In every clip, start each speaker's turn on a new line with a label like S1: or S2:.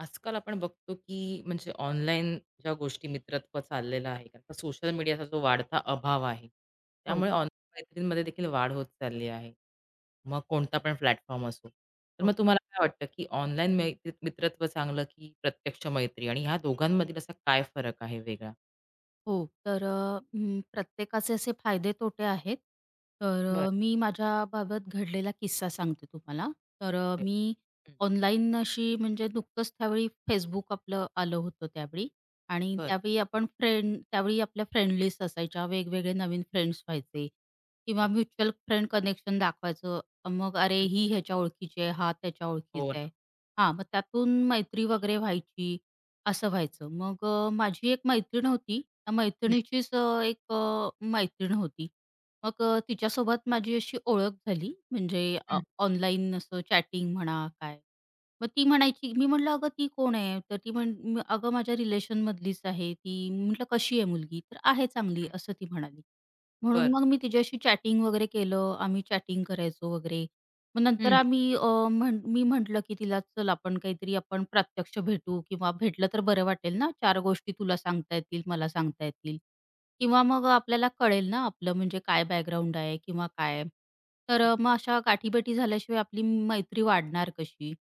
S1: आजकाल आपण बघतो की म्हणजे ऑनलाईन ज्या गोष्टी मित्रत्व चाललेलं आहे कारण का सोशल मीडियाचा जो वाढता अभाव आहे
S2: हो,
S1: त्यामुळे ऑनलाईन मैत्रींमध्ये देखील वाढ होत चालली आहे. मग कोणता पण प्लॅटफॉर्म असो तर
S2: हो,
S1: मग तुम्हाला काय वाटतं की ऑनलाईन मैत्री मित्रत्व चांगलं की प्रत्यक्ष मैत्री आणि ह्या दोघांमधील असा काय फरक आहे वेगळा?
S2: हो. तर प्रत्येकाचे असे फायदे तोटे आहेत. तर
S1: बरं.
S2: मी माझ्याबाबत घडलेला किस्सा सांगते तुम्हाला. तर मी
S1: हम्म,
S2: ऑनलाईन अशी म्हणजे नुकतंच त्यावेळी Facebook आपलं आलं होतं त्यावेळी आणि
S1: बरं.
S2: त्यावेळी आपण फ्रेंड त्यावेळी आपल्या फ्रेंड लिस्ट असायच्या. वेगवेगळे नवीन फ्रेंड्स व्हायचे किंवा
S1: बरं.
S2: म्युच्युअल फ्रेंड कनेक्शन दाखवायचं. मग अरे,
S1: हम्म.
S2: ही ह्याच्या ओळखीची आहे, हा त्याच्या
S1: हो
S2: ओळखीचा आहे.
S1: ना.
S2: हां, मग त्यातून मैत्री वगैरे व्हायची असं व्हायचं. मग माझी एक मैत्रीण होती. त्या
S1: हम्म.
S2: मैत्रिणीचीच एक मैत्रीण होती. मग तिच्यासोबत माझी अशी ओळख झाली म्हणजे
S1: हम्म. हम्म.
S2: ऑनलाईन असं चॅटिंग म्हणा काय. मग ती म्हणायची मी म्हटलं, "अगं ती कोण आहे?" तर ती म्हण म "अगं माझ्या रिलेशनमधलीच आहे ती." म्हटलं, "कशी आहे मुलगी?" तर "आहे चांगली,"
S1: हम्म,
S2: असं ती म्हणाली. म्हणून
S1: बरं.
S2: मग मी तिच्याशी चॅटिंग वगैरे केलं. आम्ही चॅटिंग करायचो वगैरे. मग नंतर
S1: हम्म,
S2: आम्ही मी म्हटलं, की तिला "चल आपण काहीतरी आपण प्रत्यक्ष भेटू किंवा भेटलं तर बरं वाटेल ना, चार गोष्टी तुला सांगता येतील, मला सांगता येतील किंवा मग आपल्याला कळेल ना आपलं म्हणजे काय बॅकग्राऊंड आहे किंवा काय." तर
S1: हम्म,
S2: मग अशा गाठीभेटी झाल्याशिवाय आपली मैत्री वाढणार कशी?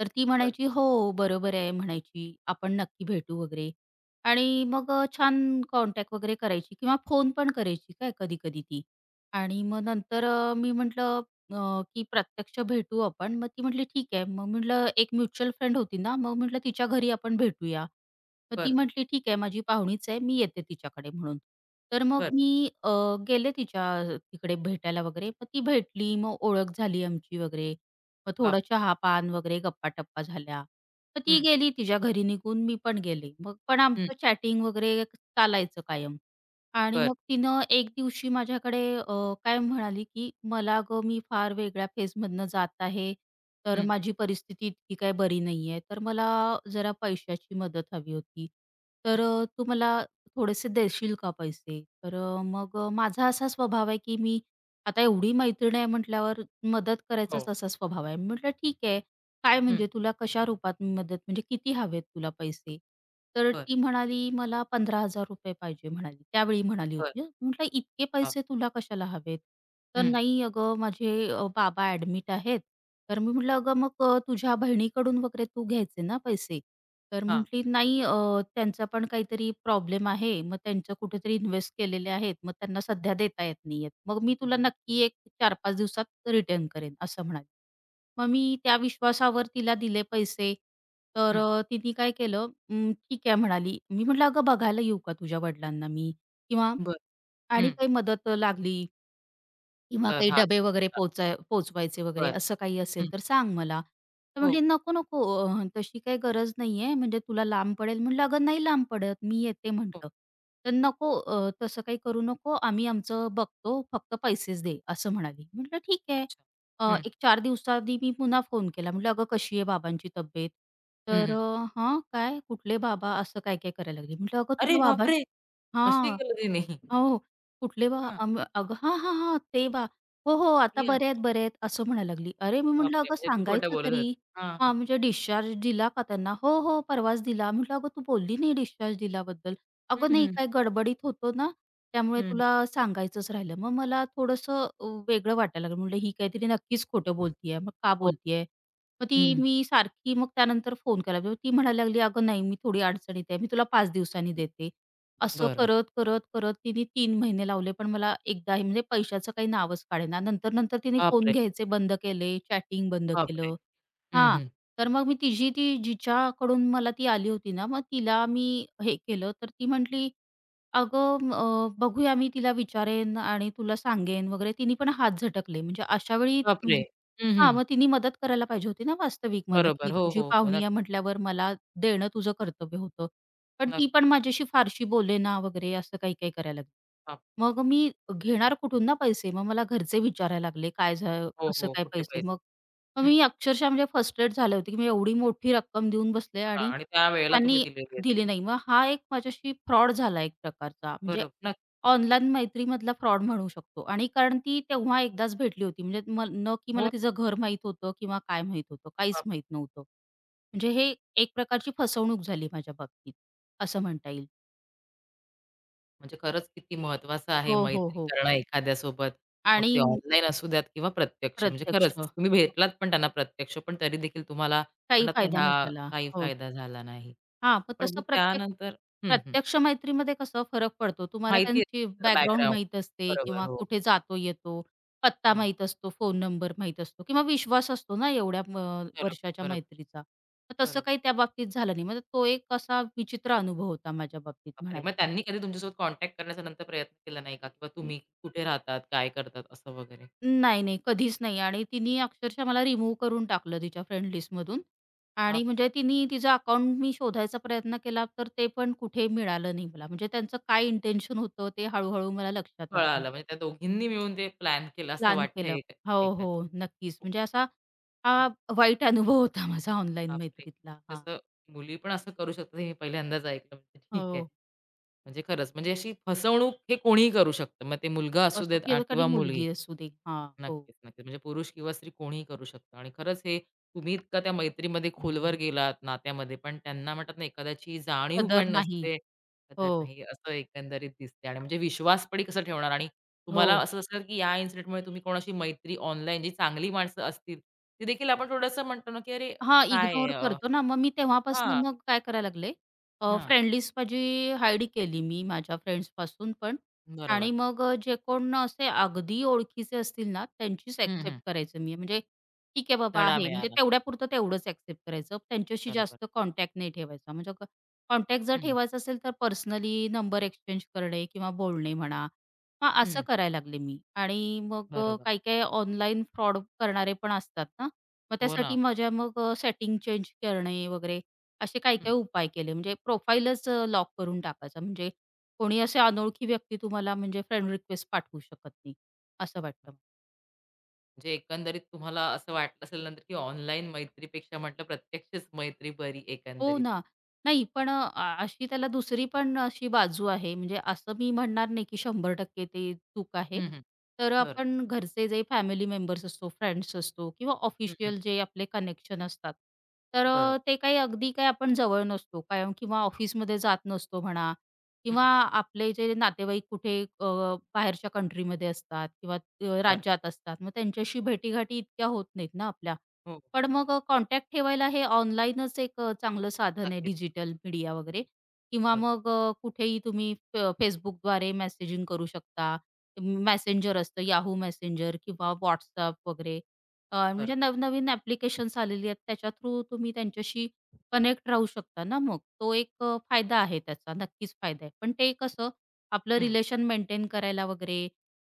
S2: तर ती
S1: बरं.
S2: म्हणायची, "हो, बरोबर आहे," म्हणायची, "आपण नक्की भेटू," वगैरे आणि मग छान कॉन्टॅक्ट वगैरे करायची किंवा फोन पण करायची काय कधी-कधी ती आणि मग नंतर मी म्हटलं की प्रत्यक्ष भेटू आपण. मग ती म्हटली, "ठीक आहे." मग म्हटलं एक म्युच्युअल फ्रेंड होती ना, मग म्हटलं, "तिच्या घरी आपण भेटूया." मग ती
S1: बरं.
S2: म्हटली, "ठीक आहे, माझी पाहुणीच आहे, मी येते तिच्याकडे," म्हणून. तर मग
S1: बरं.
S2: मी गेले तिच्या तिकडे भेटायला वगैरे. मग ती भेटली, मग ओळख झाली आमची वगैरे. मग थोडं
S1: बापरे.
S2: चहा-पान वगैरे, गप्पा-टप्पा झाल्या. मग ती
S1: हम्म,
S2: गेली तिच्या घरी निघून, मी पण गेले. मग पण
S1: हम्म,
S2: आमचं चॅटिंग वगैरे चालायचं कायम. आणि
S1: बरं.
S2: मग तिनं एक दिवशी माझ्याकडे काय म्हणाली, की "मला गं मी फार वेगळ्या फेजमधनं जात आहे, तर
S1: हम्म,
S2: माझी परिस्थिती इतकी काही बरी नाहीये, तर मला जरा पैशाची मदत हवी होती. तर तू मला थोडेसे देशील का पैसे?" तर माझा असा स्वभाव आहे, की मी आता एवढी मैत्रीण आहे म्हटल्यावर मदत
S1: हो.
S2: करायचाच असा स्वभाव आहे. म्हटलं, "ठीक आहे." काय
S1: हम्म,
S2: म्हणजे तुला कशा रूपात मदत म्हणजे किती हवेत तुला पैसे? तर
S1: बरं.
S2: ती म्हणाली, "मला ₹15,000 पाहिजे" म्हणाली. त्यावेळी म्हणाली
S1: बरं.
S2: होती म्हटलं, "इतके पैसे
S1: बापरे.
S2: तुला कशाला हवेत?" तर
S1: हं,
S2: "नाही अगं, माझे बाबा ॲडमिट आहेत." तर मी म्हटलं, "अगं, मग तुझ्या बहिणीकडून वगैरे तू घ्यायचे ना पैसे?" तर
S1: हां,
S2: म्हटली, "नाही त्यांचा पण काहीतरी प्रॉब्लेम आहे. मग त्यांचं कुठेतरी इन्व्हेस्ट केलेले आहेत. मग त्यांना सध्या देता येत नाहीयेत. मग मी तुला नक्की एक 4-5 दिवसात रिटर्न करेन," असं म्हणाली. मग मी त्या विश्वासावर तिला दिले पैसे. तर
S1: हं,
S2: तिने काय केलं, ठीक आहे," म्हणाली. मी म्हटलं, "अगं बघायला येऊ का तुझ्या वडिलांना मी? किंवा
S1: बरं, हं.
S2: आणि काही मदत लागली किंवा
S1: तर
S2: काही
S1: हां,
S2: डबे वगैरे पोचवायचे वगैरे
S1: बरं,
S2: असं काही असेल
S1: हं,
S2: तर सांग मला. तर
S1: हो,
S2: म्हटली, "नको, नको तशी काही गरज नाहीये म्हणजे तुला लांब पडेल." म्हटलं, "अगं नाही लांब पडत, मी येते."
S1: हो,
S2: म्हटलं. तर "नको तसं काही करू नको, आम्ही आमचं बघतो, फक्त पैसेच दे." असं म्हणाली. म्हटलं, "ठीक आहे."
S1: अच्छा. हं,
S2: एक 4 दिवसाआधी मी पुन्हा फोन केला. म्हटलं, "अगं कशी आहे बाबांची तब्येत?"
S1: हं,
S2: तर
S1: हं.
S2: "हां, काय? कुठले बाबा?" असं काय-काय करायला लागली. म्हटलं, "अगं
S1: अरे
S2: तुझ्या बाबां"
S1: बापरे! अशी
S2: हां.
S1: केलं तिने.
S2: अहो, कुठले बा?
S1: हां,
S2: अगं हां, हां, हां. ते बा. हो, हो. आता
S1: या.
S2: बरे आहेत, बरे आहेत असं म्हणायला लागली. अरे, मी म्हटलं
S1: बापरे!
S2: अगं
S1: म्हणजे ती खोटं
S2: सांगायचं
S1: बोलत
S2: तरी.
S1: होती. हां,
S2: हां,
S1: हां.
S2: म्हणजे डिस्चार्ज दिला का त्यांना? हो, हो. परवाच दिला. म्हटलं अगं तू बोलली नाही डिस्चार्ज दिल्याबद्दल.
S1: हं,
S2: अगं नाही
S1: हं,
S2: काय गडबडीत होतो ना, त्यामुळे
S1: हं, हं.
S2: तुला सांगायचंच राहिलं. मग मला थोडंसं वेगळं वाटायला लागलं. म्हटलं ही काहीतरी नक्कीच खोटं बोलतीये. मग का
S1: हो,
S2: बोलतीये? मग ती
S1: हं,
S2: मी सारखी मग त्यानंतर फोन केला. मग ती म्हणायला लागली, "अगं नाही, मी थोडी अडचणीत आहे. मी तुला 5 दिवसांनी देते." असं
S1: बरं.
S2: करत तिने 3 महिने लावले, पण मला एकदाही म्हणजे पैशाचं काही नावच काढेना. नंतर-नंतर तिने फोन
S1: बापरे!
S2: घ्यायचे बंद केले, चॅटिंग बंद
S1: बापरे!
S2: केलं.
S1: हं,
S2: हां,
S1: हं.
S2: तर मग मी तिची ती जिच्याकडून मला ती आली होती ना, मग तिला मी हे केलं, तर ती म्हटली, "अगं बघूया मी तिला विचारेन आणि तुला सांगेन" वगैरे. तिने पण हात झटकले. म्हणजे अशा वेळी
S1: बापरे!
S2: म्हणजे
S1: हं, हं.
S2: हां, मग तिने मदत करायला पाहिजे होती ना वास्तविक मला,
S1: बरोबर.
S2: की
S1: हो,
S2: तुझी
S1: हो, हो.
S2: पाहुणी आहे
S1: नक्की,
S2: म्हटल्यावर मला देणं तुझं कर्तव्य होतं. पण ती
S1: नक्की.
S2: पण माझ्याशी फारशी बोलेना वगैरे असं काही काही करायला लागली.
S1: हां,
S2: मग मी घेणार कुठून ना पैसे? मग मला घरचे विचारायला लागले, "काय झालं?
S1: हो,
S2: कसं
S1: हो.
S2: काय
S1: कुठे
S2: पैसे?" मग
S1: पैसे?
S2: मग
S1: हं,
S2: मी अक्षरशः म्हणजे फ्रस्ट्रेट झाले होते, की मी एवढी मोठी रक्कम देऊन बसले
S1: हो ना,
S2: आणि
S1: आणि त्यावेळेला तुम्ही
S2: त्यांनी
S1: दिलेले आहेत.
S2: दिली
S1: हं,
S2: नाही. मग हा एक माझ्याशी फ्रॉड झाला एक प्रकारचा. म्हणजे
S1: बरोबर. नक्की.
S2: ऑनलाईन मैत्रीमधला फ्रॉड म्हणू शकतो आणि कारण ती तेव्हा एकदाच भेटली होती. म्हणजे म न की
S1: हो.
S2: मला तिचं घर माहीत होतं किंवा काय माहीत होतं, काहीच माहीत नव्हतं. म्हणजे हे एक प्रकारची फसवणूक झाली माझ्या बाबतीत. असं म्हणता येईल.
S1: म्हणजे खरंच किती महत्त्वाचं आहे
S2: हो, हो,
S1: मैत्री
S2: हो.
S1: करणं एखाद्यासोबत. मग
S2: आणि
S1: ते ऑनलाईन असू द्यात किंवा प्रत्यक्ष. म्हणजे
S2: प्रत्यक्ष.
S1: खरंच तुम्ही भेटलात पण त्यांना प्रत्यक्ष, पण तरी देखील तुम्हाला
S2: काही
S1: म्हणतात ना
S2: फायदा नाही
S1: ह्या
S2: झाला.
S1: काही
S2: हो.
S1: फायदा झाला नाही.
S2: हां, मग
S1: पण मग
S2: तसं प्रत्यक्ष
S1: त्यानंतर हं, हं.
S2: प्रत्यक्ष मैत्रीमध्ये कसं फरक पडतो. तुम्हाला
S1: माहिती
S2: त्यांची
S1: आहे.
S2: Background
S1: background.
S2: माहीत असते
S1: बरोबर.
S2: किंवा
S1: हो, हो.
S2: कुठे जातो येतो, पत्ता
S1: हं.
S2: माहीत असतो, फोन नंबर माहीत असतो किंवा विश्वास असतो ना एवढ्या
S1: बरोबर,
S2: वर्षाच्या
S1: बरोबर,
S2: मैत्रीचा. तर तसं काही
S1: बरोबर.
S2: त्या बाबतीत झालं नाही. मग तो एक असा विचित्र अनुभव होता माझ्या बाबतीत
S1: बापरे! मग
S2: म्हणायला.
S1: त्यांनी कधी तुमच्यासोबत कॉन्टॅक्ट करण्याचा नंतर प्रयत्न केला नाही का? किंवा तुम्ही कुठे राहतात, काय करतात असं वगैरे?
S2: नाही, नाही. कधीच नाही आणि तिनी अक्षरशः मला रिमूव्ह करून टाकलं तिच्या फ्रेंड लिस्टमधून
S1: हां,
S2: आणि म्हणजे तिनी तिचं अकाउंट मी शोधायचा प्रयत्न केला, तर ते पण कुठे मिळालं नाही मला. म्हणजे त्यांचं काय इंटेन्शन होतं ते हळू-हळू मला लक्षात आलं.
S1: कळालं. म्हणजे त्या दोघींनी मिळून ते प्लॅन केलं असं
S2: प्लॅन
S1: वाटतंय.
S2: केलं. हो,
S1: एकंदरीत.
S2: हो. नक्कीच. म्हणजे असा हा वाईट अनुभव होता माझा ऑनलाईन
S1: बापरे!
S2: मैत्रीतला. हां.
S1: तसं मुली पण असं करू शकतात हे पहिल्यांदाच ऐकलं. म्हणजे ठीक आहे.
S2: हो.
S1: म्हणजे खरंच म्हणजे अशी फसवणूक हे कोणीही करू शकतं. मग ते मुलगा असू
S2: असो
S1: देत
S2: की एखादी
S1: किंवा मुलगी.
S2: मुलगी असू दे. हां. हो.
S1: नक्कीच, नक्कीच. म्हणजे पुरुष किंवा स्त्री कोणीही करू शकतं आणि खरंच हे तुम्ही इतका त्या मैत्रीमध्ये खोलवर गेलात नात्यामध्ये, पण त्यांना म्हणतात ना एखाद्याची जाणीव
S2: कदर
S1: पण
S2: नाही.
S1: नसते,
S2: हो.
S1: कदर नाही असं एकंदरीत दिसते आणि म्हणजे विश्वास पण कसा ठेवणार. आणि तुम्हाला
S2: हो.
S1: असं असलं की या इन्सिडेंटमुळे तुम्ही कोणाशी मैत्री ऑनलाईन जी चांगली माणसं असतील, ती देखील आपण थोडंसं म्हणतो ना की "अरे
S2: हां,
S1: काय आहे?"
S2: इग्नोर करतो ना, मग मी तेव्हापासून
S1: हां.
S2: मग काय करायला लागले,
S1: हां,
S2: फ्रेंड लिस्ट माझी हाईड केली मी माझ्या फ्रेंड्सपासून पण आणि
S1: बरोबर.
S2: मग जे कोण असे अगदी ओळखीचे असतील ना, त्यांचीच
S1: हं,
S2: ॲक्सेप्ट
S1: हं.
S2: करायचं मी. म्हणजे ठीक आहे बाबा
S1: धडा
S2: आहे, म्हणजे
S1: मिळाला.
S2: तेवढ्यापुरतं तेवढंच ॲक्सेप्ट करायचं. त्यांच्याशी
S1: बरोबर.
S2: जास्त कॉन्टॅक्ट नाही ठेवायचा. म्हणजे कॉन्टॅक्ट जर
S1: हं,
S2: ठेवायचा असेल, तर पर्सनली नंबर एक्सचेंज करणे किंवा बोलणे म्हणा, हां, असं
S1: हं.
S2: करायला लागले मी. आणि मग
S1: बरोबर.
S2: काही-काही ऑनलाईन फ्रॉड करणारे पण असतात ना, मग
S1: हो
S2: त्यासाठी
S1: ना.
S2: माझ्या मग सेटिंग चेंज करणे वगैरे असे काही
S1: हं.
S2: काही उपाय केले. म्हणजे प्रोफाईलच लॉक करून टाकायचा. म्हणजे कोणी असे अनोळखी व्यक्ती तुम्हाला म्हणजे फ्रेंड रिक्वेस्ट पाठवू शकत नाही, असं वाटतं
S1: म्हणजे एकंदरीत तुम्हाला असं वाटलं असेल नंतर, की ऑनलाईन मैत्रीपेक्षा म्हटलं प्रत्यक्षच मैत्री बरी
S2: हो
S1: एकंदरीत.
S2: ना. नाही, पण अशी त्याला दुसरी पण अशी बाजू आहे. म्हणजे असं मी म्हणणार नाही, की 100% ते चूक आहे.
S1: हं, हं.
S2: तर
S1: बरोबर.
S2: आपण घरचे जे फॅमिली मेंबर्स असतो, फ्रेंड्स असतो किंवा
S1: हं, हं.
S2: ऑफिशियल जे आपले कनेक्शन असतात. तर
S1: बरोबर.
S2: ते काही अगदी काही आपण जवळ नसतो कायम किंवा ऑफिसमध्ये जात नसतो म्हणा
S1: हं,
S2: किंवा आपले जे नातेवाईक कुठे बाहेरच्या कंट्रीमध्ये असतात किंवा
S1: बरोबर.
S2: राज्यात असतात. मग त्यांच्याशी भेटीगाठी इतक्या होत नाहीत ना आपल्या.
S1: हो,
S2: पण मग कॉन्टॅक्ट ठेवायला हे ऑनलाईनच एक चांगलं साधन आहे
S1: नक्कीच.
S2: डिजिटल मीडिया वगैरे किंवा
S1: बरोबर,
S2: मग कुठेही तुम्ही Facebookद्वारे मेसेजिंग करू शकता. मेसेंजर असतं याहू मेसेंजर किंवा WhatsApp वगैरे म्हणजे
S1: बरोबर.
S2: नवनवीन ॲप्लिकेशन्स आलेली आहेत त्याच्या थ्रू तुम्ही त्यांच्याशी कनेक्ट राहू शकता ना मग. तो एक फायदा आहे त्याचा, नक्कीच फायदा आहे. पण ते कसं आपलं
S1: हं,
S2: रिलेशन मेंटेन करायला वगैरे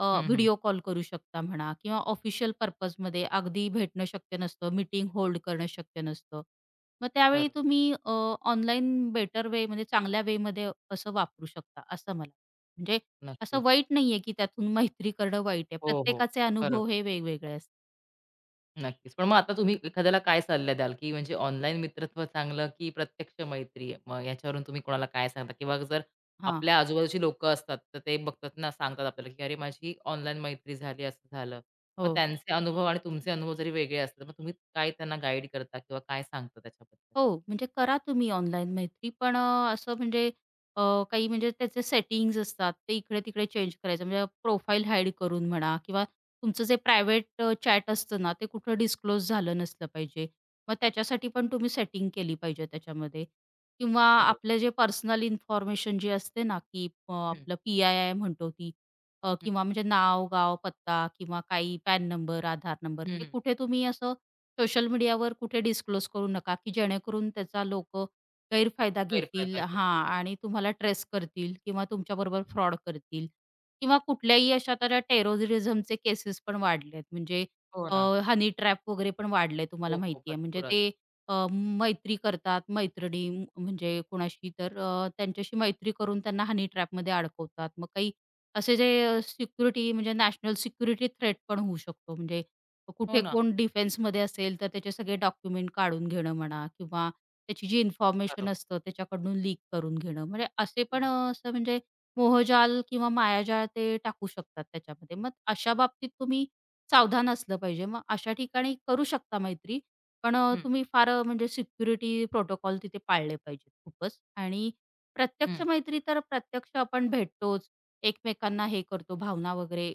S1: हं, हं.
S2: व्हिडिओ कॉल करू शकता म्हणा किंवा ऑफिशियल पर्पजमध्ये अगदी भेटणं शक्य नसतं, मीटिंग होल्ड करणं शक्य नसतं. मग त्यावेळी
S1: बरोबर.
S2: तुम्ही ऑनलाईन बेटर वे म्हणजे चांगल्या वेमध्ये कसं वापरू शकता असं मला म्हणजे असं
S1: नक्कीच.
S2: वाईट नाहीये, की त्यातून मैत्री करणं वाईट आहे.
S1: हो, हो.
S2: प्रत्येकाचे
S1: बरोबर.
S2: अनुभव हे वेगवेगळे असतात.
S1: नक्कीच. पण मग आता तुम्ही एखाद्याला काय सल्ला द्याल, की म्हणजे ऑनलाईन मित्रत्व चांगलं, की प्रत्यक्ष मैत्री? मग याच्यावरून तुम्ही कोणाला काय सांगता? किंवा जर
S2: हां.
S1: आपल्या आजूबाजूची लोकं असतात, तर ते बघतात ना, सांगतात आपल्याला, की "अरे, माझी ऑनलाईन मैत्री झाली, असं झालं." मग
S2: हो.
S1: त्यांचे अनुभव आणि तुमचे अनुभव जरी वेगळे असतील, मग तुम्ही काय त्यांना गाईड करता किंवा काय सांगता त्याच्याबद्दल?
S2: हो, म्हणजे करा तुम्ही ऑनलाईन मैत्री, पण असं म्हणजे अ, काही म्हणजे त्याचे सेटिंग्ज असतात, ते इकडे-तिकडे चेंज करायचं. म्हणजे प्रोफाईल हाईड करून म्हणा किंवा तुमचं जे प्रायव्हेट चॅट असतं ना, ते कुठं डिस्क्लोज झालं नसलं पाहिजे. मग त्याच्यासाठी पण तुम्ही सेटिंग केली पाहिजे त्याच्यामध्ये किंवा
S1: बरोबर.
S2: आपलं जे पर्सनल इन्फॉर्मेशन जी असते ना, की
S1: हं,
S2: आपलं पी-आय-आय म्हणतो ती
S1: हं,
S2: किंवा म्हणजे नाव, गाव, पत्ता किंवा काही पॅन नंबर, आधार नंबर,
S1: हं,
S2: ते
S1: हं.
S2: कुठे तुम्ही असं सोशल मीडियावर कुठे डिस्क्लोज करू नका, की जेणेकरून त्याचा लोकं गैरफायदा घेतील
S1: गैरफायदा घेत.
S2: हां आणि तुम्हाला ट्रेस करतील किंवा तुमच्याबरोबर फ्रॉड करतील किंवा कुठल्याही अशा तर टेररिझमचे केसेस पण वाढलेत. म्हणजे
S1: हो ना.
S2: हनी ट्रॅप वगैरे पण वाढलंय
S1: हो,
S2: तुम्हाला
S1: हो.
S2: माहिती आहे. म्हणजे
S1: भरपूरच.
S2: ते मैत्री करतात, म्हणजे कोणाशी तर त्यांच्याशी मैत्री करून त्यांना हनी ट्रॅपमध्ये अडकवतात. मग काही असे जे सिक्युरिटी म्हणजे नॅशनल सिक्युरिटी थ्रेट पण होऊ शकतो म्हणजे
S1: हो
S2: कुठे
S1: ना.
S2: कोण डिफेन्समध्ये असेल तर त्याचे सगळे डॉक्युमेंट काढून घेणं म्हणा किंवा त्याची जी इन्फॉर्मेशन
S1: बरोबर.
S2: असतं त्याच्याकडून लीक करून घेणं. म्हणजे असे पण
S1: हं,
S2: असं म्हणजे मोहजाल किंवा मायाजाळ ते टाकू शकतात त्याच्यामध्ये. मग अशा बाबतीत तुम्ही सावधान असलं पाहिजे. मग अशा ठिकाणी करू शकता मैत्री. पण अ,
S1: हं,
S2: तुम्ही फार अ, म्हणजे सिक्युरिटी प्रोटोकॉल तिथे पाळले पाहिजेत खूपच. आणि प्रत्यक्ष
S1: हं,
S2: मैत्री तर प्रत्यक्ष आपण भेटतोच, एकमेकांना हे करतो, भावना वगैरे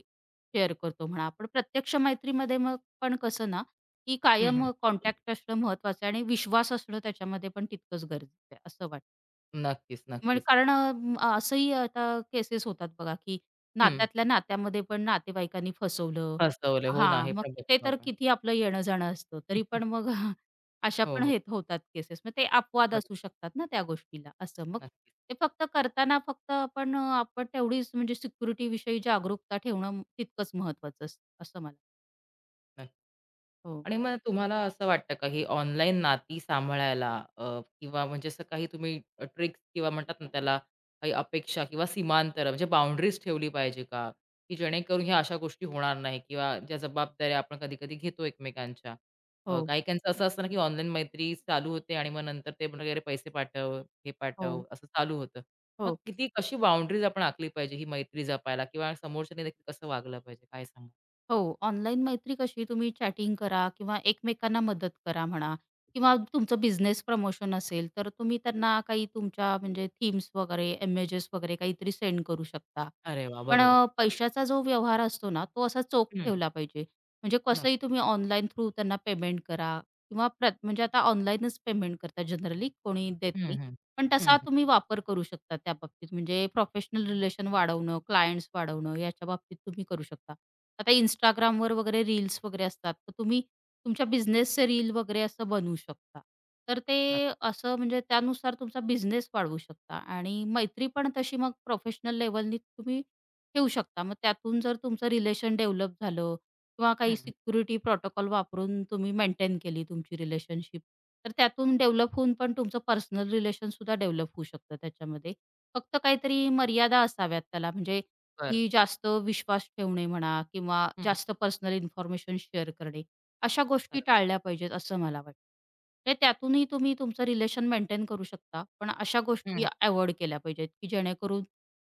S2: शेअर करतो म्हणा. पण प्रत्यक्ष मैत्रीमध्ये मग पण कसं ना, की
S1: हं, हं.
S2: कायम कॉन्टॅक्ट असणं महत्वाचं आहे आणि विश्वास असणं त्याच्यामध्ये पण तितकंच गरजेचं आहे, असं वाटतं.
S1: नक्कीच,
S2: म्हणजे
S1: नक्कीच.
S2: कारण असंही आता केसेस होतात बघा, की
S1: हं.
S2: नात्यातल्या नात्यामध्ये पण नातेवाईकांनी फसवलं.
S1: हसवले. हो ना,
S2: हां,
S1: हे
S2: मग
S1: पण
S2: ते
S1: बघतो
S2: तर
S1: आपण.
S2: किती आपलं येणं-जाणं असतं. तरी पण मग अशा
S1: हो,
S2: पण
S1: हो.
S2: हे होतात केसेस. मग ते अपवाद
S1: बरोबर.
S2: असू शकतात ना त्या गोष्टीला, असं. मग
S1: नक्कीच.
S2: ते फक्त करताना फक्त आपण आपण तेवढीच म्हणजे सिक्युरिटीविषयी जागरूकता ठेवणं तितकंच महत्वाचं असतं, असं मला
S1: नक्की.
S2: हो,
S1: आणि मग तुम्हाला असं वाटतं का, ही ऑनलाईन नाती सांभाळायला किंवा म्हणजे असं काही तुम्ही ट्रिक्स किंवा म्हणतात ना त्याला काही अपेक्षा किंवा सीमांतर म्हणजे बाउंडरीज ठेवली पाहिजे का? की जेणेकरून ह्या अशा गोष्टी होणार नाही किंवा ज्या जबाबदाऱ्या आपण कधी-कधी घेतो एकमेकांच्या.
S2: हो,
S1: काही-काहींचं असं असतं ना, की ऑनलाईन मैत्री चालू होते आणि मग नंतर ते म्हणतात, "अरे पैसे पाठव, हे पाठव,"
S2: हो,
S1: असं चालू होतं. मग
S2: हो.
S1: किती कशी बाउंडरीज आपण आखली पाहिजे ही मैत्री जपायला किंवा समोरच्याने देखील कसं वागलं पाहिजे? काय सांगाल?
S2: हो, ऑनलाईन मैत्री कशी तुम्ही चॅटिंग करा किंवा एकमेकांना मदत करा म्हणा किंवा तुमचं बिझनेस प्रमोशन असेल, तर तुम्ही त्यांना काही तुमच्या म्हणजे थीम्स वगैरे, इमेजेस वगैरे काहीतरी सेंड करू शकता.
S1: अरे वाह!
S2: पण
S1: बरोबर.
S2: पैशाचा जो व्यवहार असतो ना, तो असा चोख
S1: हं,
S2: ठेवला पाहिजे. म्हणजे
S1: नक्क
S2: कसंही तुम्ही ऑनलाईन थ्रू त्यांना पेमेंट करा किंवा म्हणजे आता ऑनलाईनच पेमेंट करतात जनरली, कोणी देत
S1: हं,
S2: नाही.
S1: हं.
S2: पण
S1: हं,
S2: तसा
S1: हं.
S2: तुम्ही वापर करू शकता त्या बाबतीत. म्हणजे प्रोफेशनल रिलेशन वाढवणं, क्लायंट्स वाढवणं याच्या बाबतीत तुम्ही करू शकता. आता Instagramवर वगैरे रील्स वगैरे असतात. तर तुम्ही तुमच्या बिझनेसचे रील वगैरे असं बनवू शकता. तर ते
S1: नक्की.
S2: असं म्हणजे त्यानुसार तुमचा बिझनेस वाढवू शकता आणि मैत्री पण तशी मग प्रोफेशनल लेव्हलनी तुम्ही ठेवू शकता. मग त्यातून जर तुमचं रिलेशन डेव्हलप झालं किंवा
S1: हं,
S2: काही
S1: हं.
S2: सिक्युरिटी प्रोटोकॉल वापरून तुम्ही मेंटेन केली तुमची रिलेशनशिप. तर त्यातून डेव्हलप होऊन पण तुमचं पर्सनल रिलेशनसुद्धा डेव्हलप होऊ शकतं त्याच्यामध्ये. फक्त काहीतरी मर्यादा असाव्यात त्याला म्हणजे
S1: बरं.
S2: की जास्त विश्वास ठेवणे म्हणा किंवा
S1: हं, हं.
S2: जास्त पर्सनल इन्फॉर्मेशन शेअर करणे. अशा गोष्टी
S1: बरं.
S2: टाळल्या पाहिजेत असं मला वाटतं. म्हणजे त्यातूनही तुम्ही तुमचं रिलेशन मेंटेन करू शकता. पण अशा
S1: हं,
S2: गोष्टी
S1: हं.
S2: अव्हॉइड केल्या पाहिजेत की जेणेकरून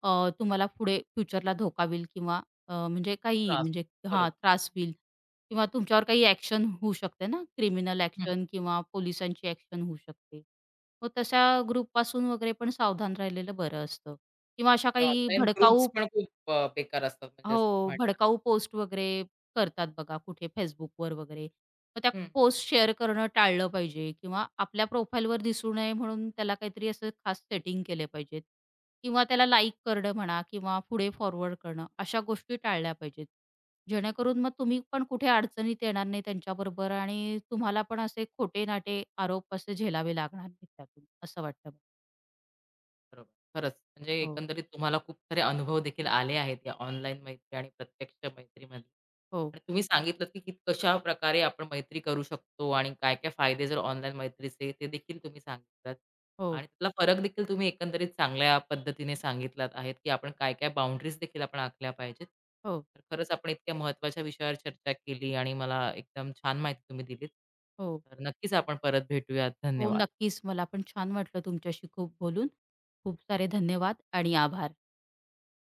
S2: तुम्हाला पुढे फ्युचरला धोका होईल किंवा अ, म्हणजे काहीही
S1: त्रास होतो.
S2: म्हणजे हां,
S1: बरोबर.
S2: त्रास होईल किंवा तुमच्यावर काही ॲक्शन होऊ शकते ना, क्रिमिनल
S1: हं, हं.
S2: ॲक्शन किंवा पोलिसांची ॲक्शन होऊ शकते. मग तशा ग्रुपपासून वगैरे पण सावधान राहिलेलं बरं असतं किंवा अशा
S1: ते
S2: काही
S1: ऑनलाईन ग्रुप्स
S2: भडकाऊ
S1: पण खूप बेकार असतात म्हणजे असं
S2: हो,
S1: म्हणतात.
S2: भडकाऊ पोस्ट वगैरे करतात बघा कुठे Facebookवर वगैरे. मग त्या
S1: हं.
S2: पोस्ट शेअर करणं टाळलं पाहिजे किंवा आपल्या प्रोफाईलवर दिसू नये म्हणून त्याला काहीतरी असं खास सेटिंग केले पाहिजेत किंवा त्याला लाइक करणं म्हणा किंवा पुढे फॉरवर्ड करणं अशा गोष्टी टाळल्या पाहिजेत. जेणेकरून मग तुम्ही पण कुठे अडचणीत येणार नाही त्यांच्याबरोबर आणि तुम्हाला पण असे खोटे-नाटे आरोप असे झेलावे लागणार नाहीत त्यातून असं वाटतं. मला.
S1: बरोबर. खरंच म्हणजे
S2: हो,
S1: एकंदरीत तुम्हाला खूप सारे अनुभव देखील आले आहेत या ऑनलाईन मैत्री आणि प्रत्यक्ष मैत्रीमध्ये.
S2: हो,
S1: आणि तुम्ही सांगितलं की की कशा प्रकारे आपण मैत्री करू शकतो आणि काय काय फायदे जर ऑनलाईन मैत्रीचे ते देखील तुम्ही सांगितलात.
S2: हो,
S1: आणि त्यातला फरक देखील तुम्ही एकंदरीत चांगल्या पद्धतीने सांगितलात आहेत की आपण काय काय बाउंड्रीज देखील आपण आखल्या पाहिजेत.
S2: हो.
S1: तर खरंच आपण इतक्या महत्त्वाच्या विषयावर चर्चा केली आणि मला एकदम छान माहिती तुम्ही दिलीत.
S2: हो
S1: तर नक्कीच आपण परत भेटूयात.
S2: हो,
S1: धन्यवाद.
S2: नक्कीच. मला पण छान वाटलं तुमच्याशी खूप बोलून. खूप सारे धन्यवाद आणि आभार.